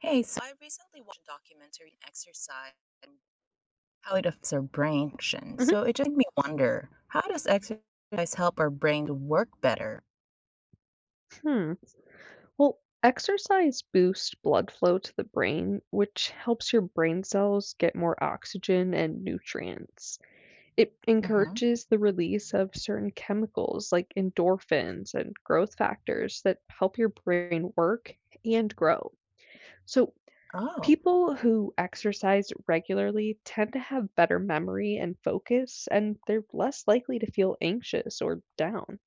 Hey, so I recently watched a documentary on exercise and how it affects our brain function. Mhm. So it just made me wonder, how does exercise help our brain to work better? Hmm. Well, exercise boosts blood flow to the brain, which helps your brain cells get more oxygen and nutrients. It Hmm. encourages the release of certain chemicals like endorphins and growth factors that help your brain work and grow. So, Oh, People who exercise regularly tend to have better memory and focus, and they're less likely to feel anxious or down.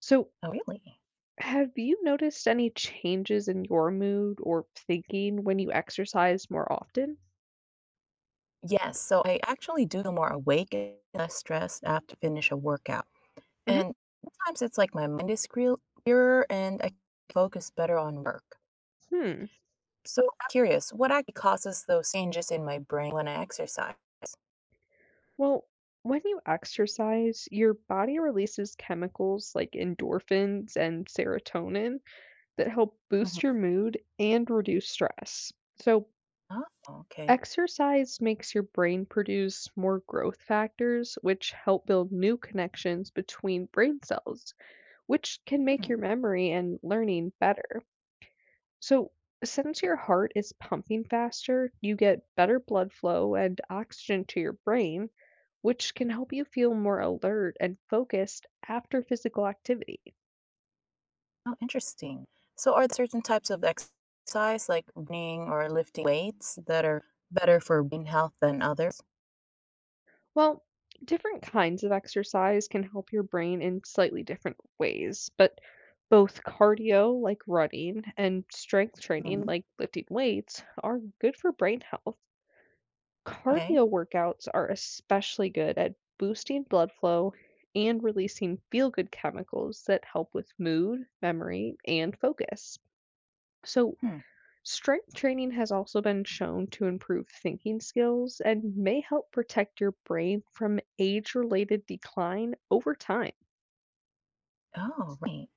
So, oh, really? Have you noticed any changes in your mood or thinking when you exercise more often? Yes, so I actually do feel more awake and less stressed after finish a workout. Mhm. And sometimes it's like my mind is clearer and I focus better on work. Hmm. So I'm curious, what actually causes those changes in my brain when I exercise? Well, when you exercise, your body releases chemicals like endorphins and serotonin that help boost your Hmm. mood and reduce stress. Oh, okay. Exercise makes your brain produce more growth factors, which help build new connections between brain cells, which can make Hmm. your memory and learning better. So, since your heart is pumping faster, you get better blood flow and oxygen to your brain, which can help you feel more alert and focused after physical activity. Oh, interesting. So are there certain types of exercise like running or lifting weights that are better for brain health than others? Well, different kinds of exercise can help your brain in slightly different ways, but both cardio, like running, and strength training, Mhm. like lifting weights, are good for brain health. Okay. Cardio workouts are especially good at boosting blood flow and releasing feel good chemicals that help with mood, memory, and focus. So, Hmm. Strength training has also been shown to improve thinking skills and may help protect your brain from age related decline over time. Oh, right.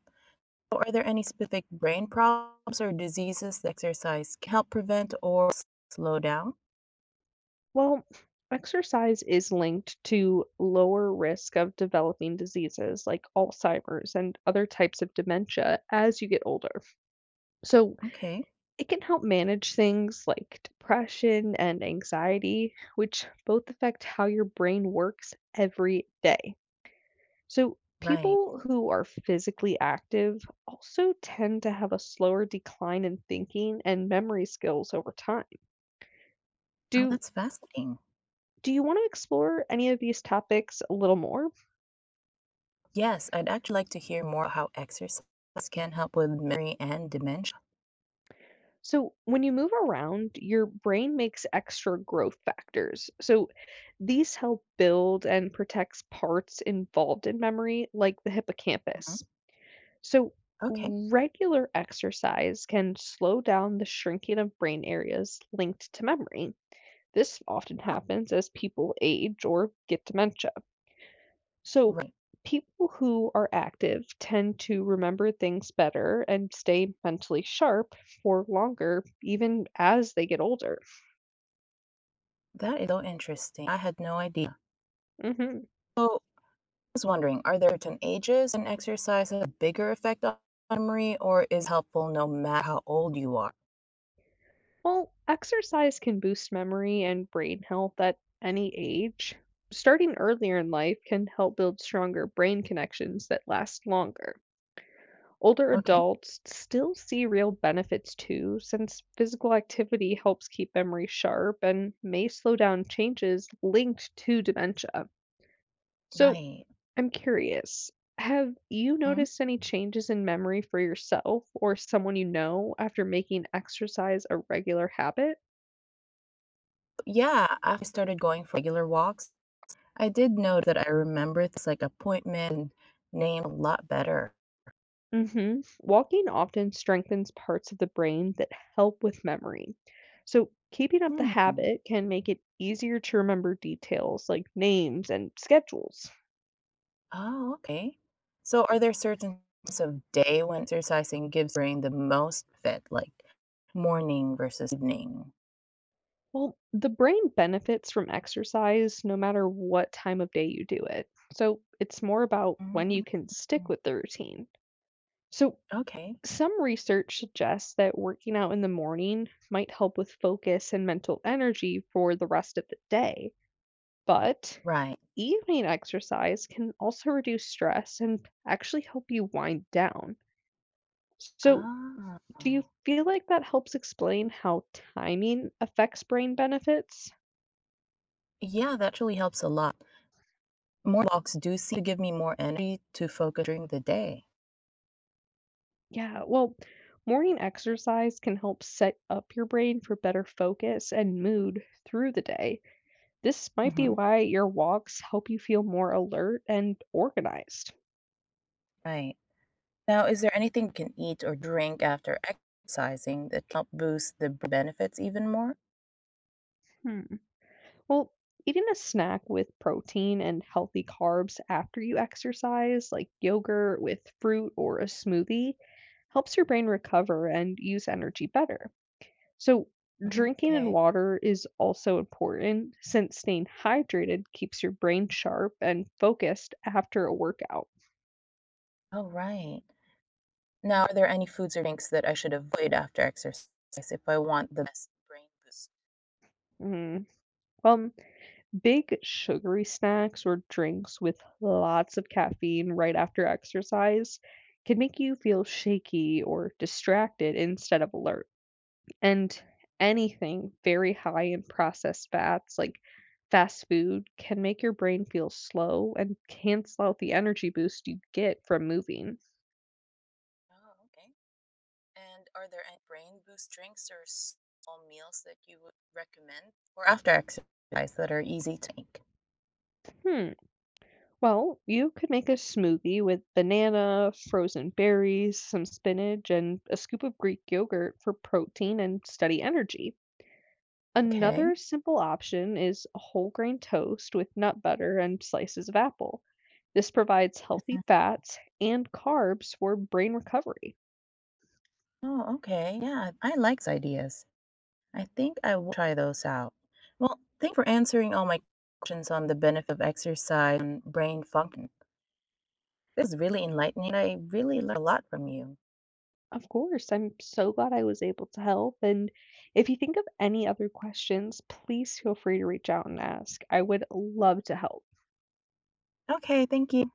So are there any specific brain problems or diseases that exercise can help prevent or slow down? Well, exercise is linked to lower risk of developing diseases like Alzheimer's and other types of dementia as you get older. So, Okay. It can help manage things like depression and anxiety, which both affect how your brain works every day. So, Right. people who are physically active also tend to have a slower decline in thinking and memory skills over time. Oh, Do that's fascinating. do you want to explore any of these topics a little more? Yes, I'd actually like to hear more how exercise can help with memory and dementia. So, when you move around, your brain makes extra growth factors. These help build and protect parts involved in memory, like the Mhm. hippocampus. So, Okay. Regular exercise can slow down the shrinking of brain areas linked to memory. This often Huh. happens as people age or get dementia. So, Right. People who are active tend to remember things better and stay mentally sharp for longer, even as they get older. That is so interesting. I had no idea. hmm So was wondering, are there certain ages and exercise has a bigger effect on memory or is helpful no matter how old you are? Well, exercise can boost memory and brain health at any age. Starting earlier in life can help build stronger brain connections that last longer. Older Okay, adults still see real benefits too, since physical activity helps keep memory sharp and may slow down changes linked to dementia. So, right. I'm curious, have you Hmm? noticed any changes in memory for yourself or someone you know after making exercise a regular habit? Yeah, after I started going for regular walks, I did note that I remember things like appointment and name a lot better. Walking often strengthens parts of the brain that help with memory. So, keeping up the Hmm. habit can make it easier to remember details like names and schedules. Oh, okay. So are there certain times of day when exercising gives brain the most fit, like morning versus evening? Well, the brain benefits from exercise no matter what time of day you do it. So, it's more about when you Mm. can stick with the routine. So, Okay, Some research suggests that working out in the morning might help with focus and mental energy for the rest of the day, but right. evening exercise can also reduce stress and actually help you wind down. So, Ah. do you feel like that helps explain how timing affects brain benefits? Yeah, that really helps a lot. More walks do seem to give me more energy to focus during the day. Yeah, well, morning exercise can help set up your brain for better focus and mood through the day. This might be Hmm. why your walks help you feel more alert and organized. Right. Now, is there anything you can eat or drink after exercising that help boost the benefits even more? Hmm. Well, eating a snack with protein and healthy carbs after you exercise, like yogurt with fruit or a smoothie, helps your brain recover and use energy better. So, Mm, Drinking and okay. water is also important since staying hydrated keeps your brain sharp and focused after a workout. All right. Now, are there any foods or drinks that I should avoid after exercise if I want the best brain boost? Mhm. Well, big sugary snacks or drinks with lots of caffeine right after exercise can make you feel shaky or distracted instead of alert. And anything very high in processed fats, like fast food, can make your brain feel slow and cancel out the energy boost you get from moving. Oh, okay. And are there any brain boost drinks or small meals that you would recommend for after exercise that are easy to make? Hmm. Well, you could make a smoothie with banana, frozen berries, some spinach, and a scoop of Greek yogurt for protein and steady energy. Okay. Another simple option is whole grain toast with nut butter and slices of apple. This provides healthy fats and carbs for brain recovery. Oh, okay. Yeah, I like ideas. I think I will try those out. Well, thanks for answering all my questions on the benefit of exercise and brain function. This is really enlightening. I really learned a lot from you. Of course, I'm so glad I was able to help. And if you think of any other questions, please feel free to reach out and ask. I would love to help. Okay, thank you.